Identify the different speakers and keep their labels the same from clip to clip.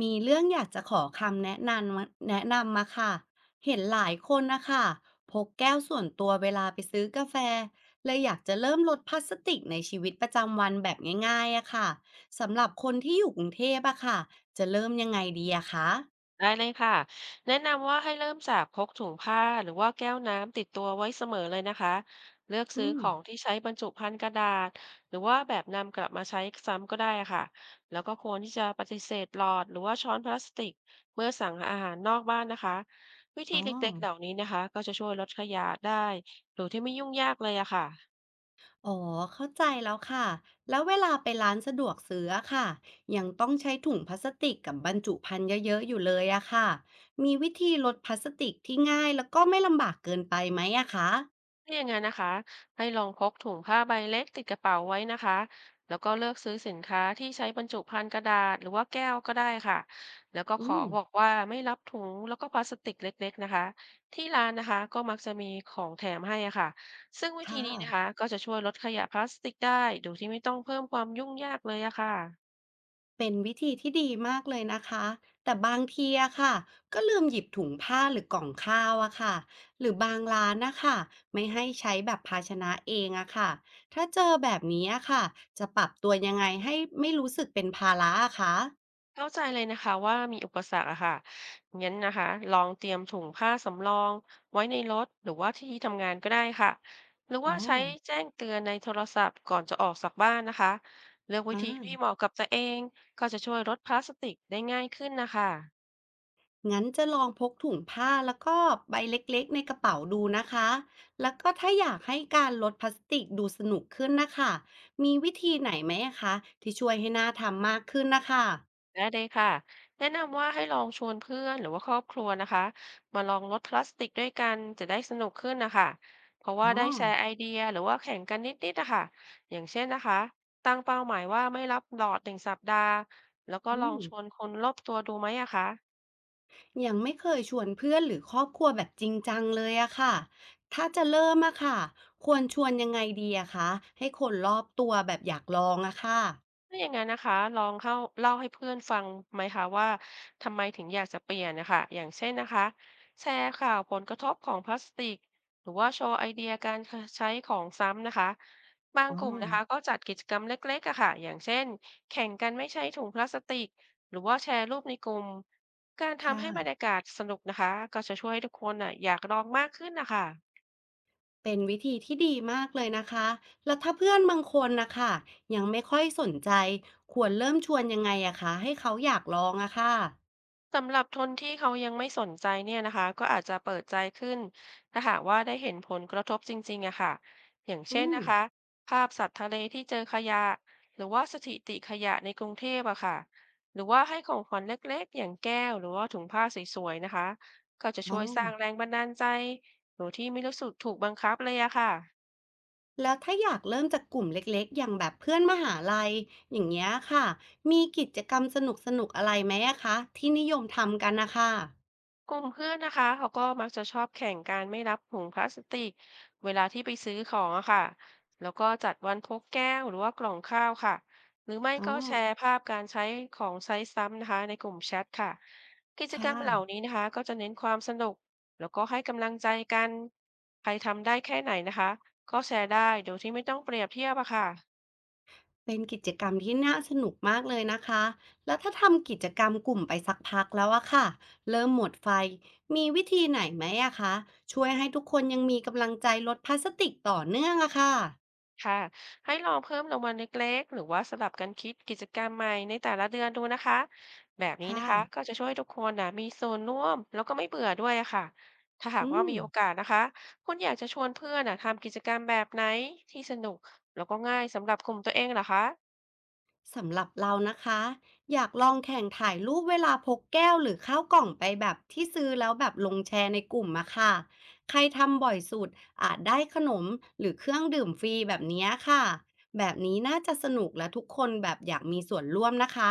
Speaker 1: มีเรื่องอยากจะขอคำแนะนำมาค่ะเห็นหลายคนนะคะพกแก้วส่วนตัวเวลาไปซื้อกาแฟเลยอยากจะเริ่มลดพลาสติกในชีวิตประจำวันแบบง่ายๆอะค่ะสำหรับคนที่อยู่กรุงเทพอะค่ะจะเริ่มยังไงดีอะคะ
Speaker 2: ได้เลยค่ะแนะนำว่าให้เริ่มจากพกถุงผ้าหรือว่าแก้วน้ำติดตัวไว้เสมอเลยนะคะเลือกซื้
Speaker 1: อื
Speaker 2: อ
Speaker 1: ม
Speaker 2: ของที่ใช้บรรจุภัณฑ์กระดาษหรือว่าแบบนำกลับมาใช้ซ้ำก็ได้ค่ะแล้วก็ควรที่จะปฏิเสธหลอดหรือว่าช้อนพลาสติกเมื่อสั่งอาหารนอกบ้านนะคะวิธี
Speaker 1: อ๋อ
Speaker 2: เล็กๆเหล่านี้นะคะก็จะช่วยลดขยะได้โดยที่ไม่ยุ่งยากเลยอะค่ะ
Speaker 1: อ๋อ เข้าใจแล้วค่ะ แล้วเวลาไปร้านสะดวกซื้ออะค่ะยังต้องใช้ถุงพลาสติกกับบรรจุภัณฑ์เยอะๆอยู่เลยอะค่ะมีวิธีลดพลาสติกที่ง่ายแล้วก็ไม่ลำบากเกินไปไหมอะคะ
Speaker 2: ถ้าอย่างนั้นนะคะให้ลองพกถุงผ้าใบเล็กติดกระเป๋าไว้นะคะแล้วก็เลือกซื้อสินค้าที่ใช้บรรจุภัณฑ์กระดาษหรือว่าแก้วก็ได้ค่ะแล้วก็ข
Speaker 1: อื
Speaker 2: อ
Speaker 1: ม
Speaker 2: บอกว่าไม่รับถุงแล้วก็พลาสติกเล็กๆนะคะที่ร้านนะคะก็มักจะมีของแถมให้อะค่ะซึ่งวิธี
Speaker 1: ค่ะ
Speaker 2: นี้นะคะก็จะช่วยลดขยะพลาสติกได้โดยที่ไม่ต้องเพิ่มความยุ่งยากเลยอะค่ะ
Speaker 1: เป็นวิธีที่ดีมากเลยนะคะ แต่บางทีอะค่ะก็ลืมหยิบถุงผ้าหรือกล่องข้าวอะค่ะหรือบางร้านนะคะไม่ให้ใช้แบบภาชนะเองอะค่ะถ้าเจอแบบนี้อะค่ะจะปรับตัวยังไงให้ไม่รู้สึกเป็นภาระอะคะ
Speaker 2: เข้าใจเลยนะคะว่ามีอุปสรรคอะค่ะงั้นนะคะลองเตรียมถุงผ้าสำรองไว้ในรถหรือว่าที่ทำงานก็ได้ค่ะหรือ
Speaker 1: อ๋อ
Speaker 2: ว่าใช้แจ้งเตือนในโทรศัพท์ก่อนจะออกจากบ้านนะคะเลือกวิธีที่
Speaker 1: อา
Speaker 2: เหมาะกับตัวเองก็จะช่วยลดพลาสติกได้ง่ายขึ้นนะคะ
Speaker 1: งั้นจะลองพกถุงผ้าแล้วก็ใบเล็กๆในกระเป๋าดูนะคะแล้วก็ถ้าอยากให้การลดพลาสติกดูสนุกขึ้นนะค่ะมีวิธีไหนไหมอะคะที่ช่วยให้น่าทำมากขึ้นนะคะ
Speaker 2: ได้เลยค่ะแนะนำว่าให้ลองชวนเพื่อนหรือว่าครอบครัวนะคะมาลองลดพลาสติกด้วยกันจะได้สนุกขึ้นนะคะเพราะว่า
Speaker 1: อ๋อ
Speaker 2: ได้แชร์ไอเดียหรือว่าแข่งกันนิดๆนะคะอย่างเช่นนะคะตั้งเป้าหมายว่าไม่รับหลอด1 สัปดาห์แล้วก็
Speaker 1: อื
Speaker 2: ลอง
Speaker 1: ม
Speaker 2: ชวนคนรอบตัวดูไหมอะคะ
Speaker 1: ยังไม่เคยชวนเพื่อนหรือครอบครัวแบบจริงจังเลยอะค่ะถ้าจะเริ่มอะค่ะควรชวนยังไงดีอะคะให้คนรอบตัวแบบอยากลองอะค่ะ
Speaker 2: ถ้าอย่างงั้นนะคะลองเข้าเล่าให้เพื่อนฟังไหมคะว่าทำไมถึงอยากจะเปลี่ยนนะคะอย่างเช่นนะคะแชร์ข่าวผลกระทบของพลาสติกหรือว่าโชว์ไอเดียการใช้ของซ้ำนะคะบาง
Speaker 1: อ๋อ
Speaker 2: กลุ่มนะคะก็จัดกิจกรรมเล็กๆอะค่ะอย่างเช่นแข่งกันไม่ใช้ถุงพลาสติกหรือว่าแชร์รูปในกลุ่มการทำ
Speaker 1: ค่ะ
Speaker 2: ให้บรรยากาศสนุกนะคะก็จะช่วยให้ทุกคนอ่ะอยากลองมากขึ้นนะคะ
Speaker 1: เป็นวิธีที่ดีมากเลยนะคะแล้วถ้าเพื่อนบางคนนะคะยังไม่ค่อยสนใจควรเริ่มชวนยังไงอะคะให้เขาอยากลองอะค่ะ
Speaker 2: สำหรับคนที่เขายังไม่สนใจเนี่ยนะคะก็อาจจะเปิดใจขึ้นถ้าหากว่าได้เห็นผลกระทบจริงๆอะค่ะอย่าง
Speaker 1: อื
Speaker 2: เช่น
Speaker 1: ม
Speaker 2: นะคะภาพสัตว์ทะเลที่เจอขยะหรือว่าสถิติขยะในกรุงเทพอะค่ะหรือว่าให้ของขวัญเล็กๆอย่างแก้วหรือว่าถุงผ้าสวยๆนะคะก็จะ
Speaker 1: อ๋
Speaker 2: ช่
Speaker 1: อ
Speaker 2: วยสร้างแรงบันดาลใจโดยที่ไม่รู้สึกถูกบังคับเลยอะค่ะ
Speaker 1: แล้วถ้าอยากเริ่มจากกลุ่มเล็กๆอย่างแบบเพื่อนมหาลัยอย่างเงี้ยค่ะมีกิจกรรมสนุกๆอะไรไหมอะคะที่นิยมทำกันนะคะ
Speaker 2: กลุ่มเพื่อนนะคะเขาก็มักจะชอบแข่งการไม่รับถุงพลาสติกเวลาที่ไปซื้อของอะค่ะแล้วก็จัดวันพกแก้วหรือว่ากล่องข้าวค่ะหรือไม่
Speaker 1: อ๋อ
Speaker 2: ก็แชร์ภาพการใช้ของใช้ซ้ำนะคะในกลุ่มแชทค่ะกิจกรร
Speaker 1: ค่ะ
Speaker 2: มเหล่านี้นะคะก็จะเน้นความสนุกแล้วก็ให้กำลังใจกันใครทำได้แค่ไหนนะคะก็แชร์ได้โดยที่ไม่ต้องเปรียบเทียบอะค่ะ
Speaker 1: เป็นกิจกรรมที่น่าสนุกมากเลยนะคะ แล้วถ้าทำกิจกรรมกลุ่มไปสักพักแล้วอะค่ะเริ่มหมดไฟ มีวิธีไหนไหมอะคะ ช่วยให้ทุกคนยังมีกำลังใจลดพลาสติกต่อเนื่องอะค่ะ
Speaker 2: ค่ะให้ลองเพิ่มรางวัลเล็กๆหรือว่าสลับกันคิดกิจกรรมใหม่ในแต่ละเดือนดูนะคะแบบนี้
Speaker 1: ค่ะ
Speaker 2: นะคะก็จะช่วยให้ทุกคนนะมีส่วนร่วมแล้วก็ไม่เบื่อด้วยอะค่ะถ้าหาก
Speaker 1: อื
Speaker 2: ว่า
Speaker 1: ม
Speaker 2: มีโอกาสนะคะคุณอยากจะชวนเพื่อนนะทำกิจกรรมแบบไหนที่สนุกแล้วก็ง่ายสำหรับกลุ่มตัวเองเหรอคะ
Speaker 1: สำหรับเรานะคะอยากลองแข่งถ่ายรูปเวลาพกแก้วหรือข้าวกล่องไปแบบที่ซื้อแล้วแบบลงแชร์ในกลุ่มอะค่ะใครทำบ่อยสุดอาจได้ขนมหรือเครื่องดื่มฟรีแบบเนี้ยค่ะแบบนี้น่าจะสนุกและทุกคนแบบอยากมีส่วนร่วมนะคะ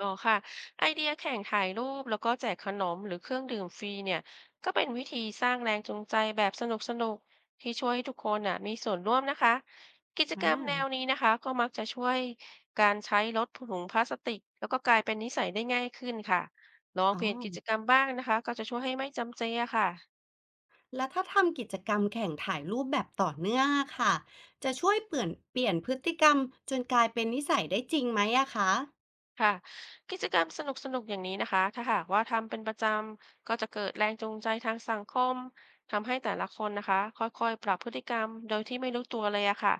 Speaker 2: อ๋อค่ะไอเดียแข่งถ่ายรูปแล้วก็แจกขนมหรือเครื่องดื่มฟรีเนี่ยก็เป็นวิธีสร้างแรงจูงใจแบบสนุกสนุกที่ช่วยให้ทุกคนน่ะมีส่วนร่วมนะคะกิจ
Speaker 1: อ่
Speaker 2: กรรมแนว
Speaker 1: า
Speaker 2: นี้นะคะก็มักจะช่วยการใช้ลดถุงพลาสติกแล้วก็กลายเป็นนิสัยได้ง่ายขึ้นค่ะลอง
Speaker 1: อ๋อ
Speaker 2: เปลี่ยนกิจกรรมบ้างนะคะก็จะช่วยให้ไม่จำเจอะค่ะ
Speaker 1: แล้วถ้าทำกิจกรรมแข่งถ่ายรูปแบบต่อเนื่องอะค่ะจะช่วยเปลี่ยนพฤติกรรมจนกลายเป็นนิสัยได้จริงไหมอะคะ
Speaker 2: ค่ะกิจกรรมสนุกๆอย่างนี้นะคะถ้าหากว่าทำเป็นประจำก็จะเกิดแรงจูงใจทางสังคมทำให้แต่ละคนนะคะค่อยๆปรับพฤติกรรมโดยที่ไม่รู้ตัวเลยอะค่ะ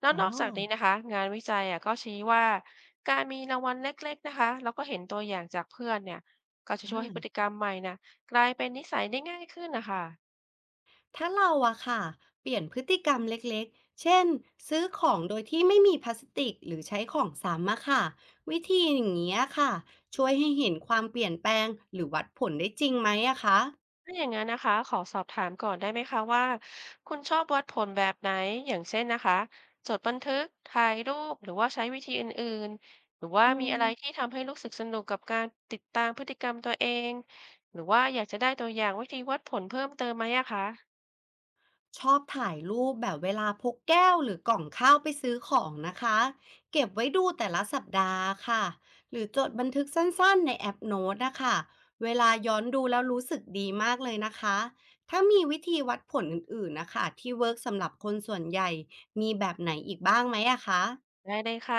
Speaker 2: แล้ว
Speaker 1: อ๋อ
Speaker 2: นอกจากนี้นะคะงานวิจัยอะก็ชี้ว่าการมีรางวัลเล็กๆนะคะแล้วก็เห็นตัวอย่างจากเพื่อนเนี่ยก็จะ
Speaker 1: อ่
Speaker 2: ช่วยให้พฤ
Speaker 1: า
Speaker 2: ติกรรมใหม่นะกลายเป็นนิสัยได้ง่ายขึ้นนะคะ
Speaker 1: ถ้าเราอะค่ะเปลี่ยนพฤติกรรมเล็กๆ เช่นซื้อของโดยที่ไม่มีพลาสติกหรือใช้ของซ้ำอะค่ะวิธีอย่างนี้ยค่ะช่วยให้เห็นความเปลี่ยนแปลงหรือวัดผลได้จริงไหมอะคะ
Speaker 2: ถ้าอย่างนั้นนะคะขอสอบถามก่อนได้ไหมคะว่าคุณชอบวัดผลแบบไหน อย่างเช่นนะคะ จดบันทึก ถ่ายรูปหรือว่าใช้วิธีอื่น ๆ หรือว่า
Speaker 1: อื
Speaker 2: มีอะไรที่
Speaker 1: ม
Speaker 2: ทำให้รู้สึกสนุกกับการติดตามพฤติกรรมตัวเอง หรือว่าอยากจะได้ตัวอย่างวิธีวัดผลเพิ่มเติมไหมอะคะ
Speaker 1: ชอบถ่ายรูปแบบเวลาพกแก้วหรือกล่องข้าวไปซื้อของนะคะเก็บไว้ดูแต่ละสัปดาห์ค่ะหรือจดบันทึกสั้นๆในแอปโน้ตนะคะเวลาย้อนดูแล้วรู้สึกดีมากเลยนะคะถ้ามีวิธีวัดผลอื่นๆนะคะที่เวิร์กสำหรับคนส่วนใหญ่มีแบบไหนอีกบ้างไหมอะคะ
Speaker 2: ได้เลยค่ะ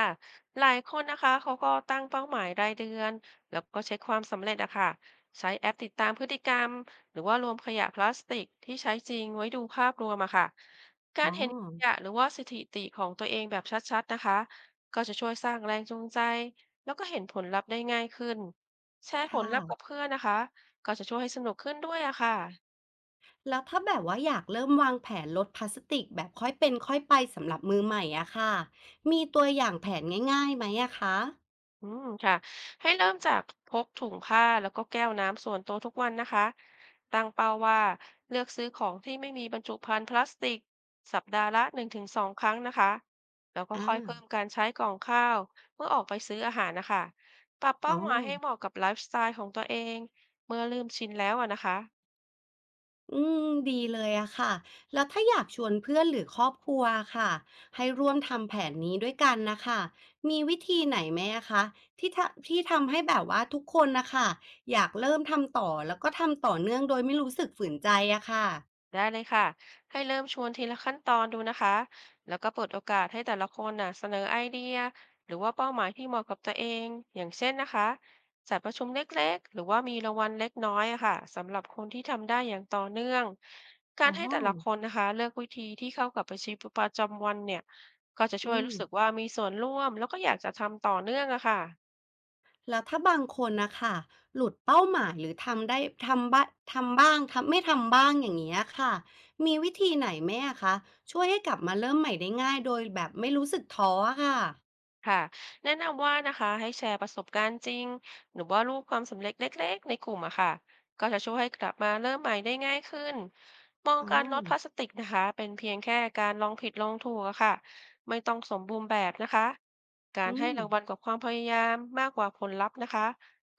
Speaker 2: หลายคนนะคะเขาก็ตั้งเป้าหมายรายเดือนแล้วก็เช็คความสำเร็จอะค่ะใช้แอปติดตามพฤติกรรมหรือว่ารวมขยะพลาสติกที่ใช้จริงไว้ดูภาพรวมอะค่ะกา
Speaker 1: อ๋อ
Speaker 2: รเห็นขยะหรือว่าสถิติของตัวเองแบบชัดๆนะคะก็จะช่วยสร้างแรงจูงใจแล้วก็เห็นผลลัพธ์ได้ง่ายขึ้นแชร์ผล
Speaker 1: ค่ะ
Speaker 2: ลัพธ์กับเพื่อนนะคะก็จะช่วยให้สนุกขึ้นด้วยอะค่ะ
Speaker 1: แล้วถ้าแบบว่าอยากเริ่มวางแผนลดพลาสติกแบบค่อยเป็นค่อยไปสำหรับมือใหม่อะค่ะมีตัวอย่างแผนง่ายๆไหมอะคะ
Speaker 2: อืมค่ะให้เริ่มจากพกถุงผ้าแล้วก็แก้วน้ำส่วนตัวทุกวันนะคะตั้งเป้าว่าเลือกซื้อของที่ไม่มีบรรจุภัณฑ์พลาสติกสัปดาห์ละหนึ่งถึงสองครั้งนะคะแล้วก็
Speaker 1: อ่
Speaker 2: ค่อยเพิ่ม
Speaker 1: า
Speaker 2: การใช้กล่องข้าวเมื่อออกไปซื้ออาหารนะคะปรับ
Speaker 1: อ๋
Speaker 2: เป้า
Speaker 1: อ
Speaker 2: หมายให้เหมาะกับไลฟ์สไตล์ของตัวเองเมื่อเริ่มชินแล้วอะนะคะ
Speaker 1: อืมดีเลยอะค่ะ แล้วถ้าอยากชวนเพื่อนหรือครอบครัวค่ะให้ร่วมทำแผนนี้ด้วยกันนะคะ มีวิธีไหนไหมอะคะที่ทะที่ทำให้แบบว่าทุกคนนะคะอยากเริ่มทำต่อแล้วก็ทำต่อเนื่องโดยไม่รู้สึกฝืนใจอะค่ะ
Speaker 2: ได้เลยค่ะให้เริ่มชวนทีละขั้นตอนดูนะคะแล้วก็เปิดโอกาสให้แต่ละคนน่ะเสนอไอเดียหรือว่าเป้าหมายที่เหมาะกับตัวเองอย่างเช่นนะคะจัดประชุมเล็กๆหรือว่ามีรางวัลเล็กน้อยอะค่ะสำหรับคนที่ทำได้อย่างต่อเนื่องกา
Speaker 1: อ๋อ
Speaker 2: รให้แต่ละคนนะคะเลือกวิธีที่เข้ากับชีวิตประจำวันเนี่ยก็จะช่ว
Speaker 1: อื
Speaker 2: ย
Speaker 1: ม
Speaker 2: รู้สึกว่ามีส่วนร่วมแล้วก็อยากจะทำต่อเนื่องอะค่ะ
Speaker 1: แล้วถ้าบางคนนะคะหลุดเป้าหมายหรือทำได้ทำบ้าทำบ้างทำไม่ทำบ้างอย่างเงี้ยค่ะมีวิธีไหนไหมอะคะช่วยให้กลับมาเริ่มใหม่ได้ง่ายโดยแบบไม่รู้สึกท้ออะค่ะ
Speaker 2: ค่ะแนะนำว่านะคะให้แชร์ประสบการณ์จริงหรือว่ารูปความสำเร็จเล็กๆในกลุ่มอะค่ะก็จะช่วยให้กลับมาเริ่มใหม่ได้ง่ายขึ้นมอง
Speaker 1: อ๋อ
Speaker 2: การลดพลาสติกนะคะเป็นเพียงแค่การลองผิดลองถูกอะค่ะไม่ต้องสมบูรณ์แบบนะคะการ
Speaker 1: อื
Speaker 2: ให้
Speaker 1: ม
Speaker 2: รางวัลกับความพยายามมากกว่าผลลัพธ์นะคะ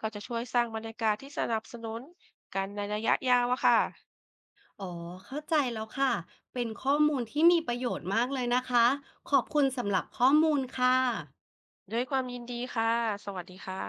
Speaker 2: ก็จะช่วยสร้างบรรยากาศที่สนับสนุนกันในระยะยาวอะค่ะ
Speaker 1: อ๋อเข้าใจแล้วค่ะเป็นข้อมูลที่มีประโยชน์มากเลยนะคะขอบคุณสำหรับข้อมูลค่ะ
Speaker 2: ด้วยความยินดีค่ะสวัสดีค่ะ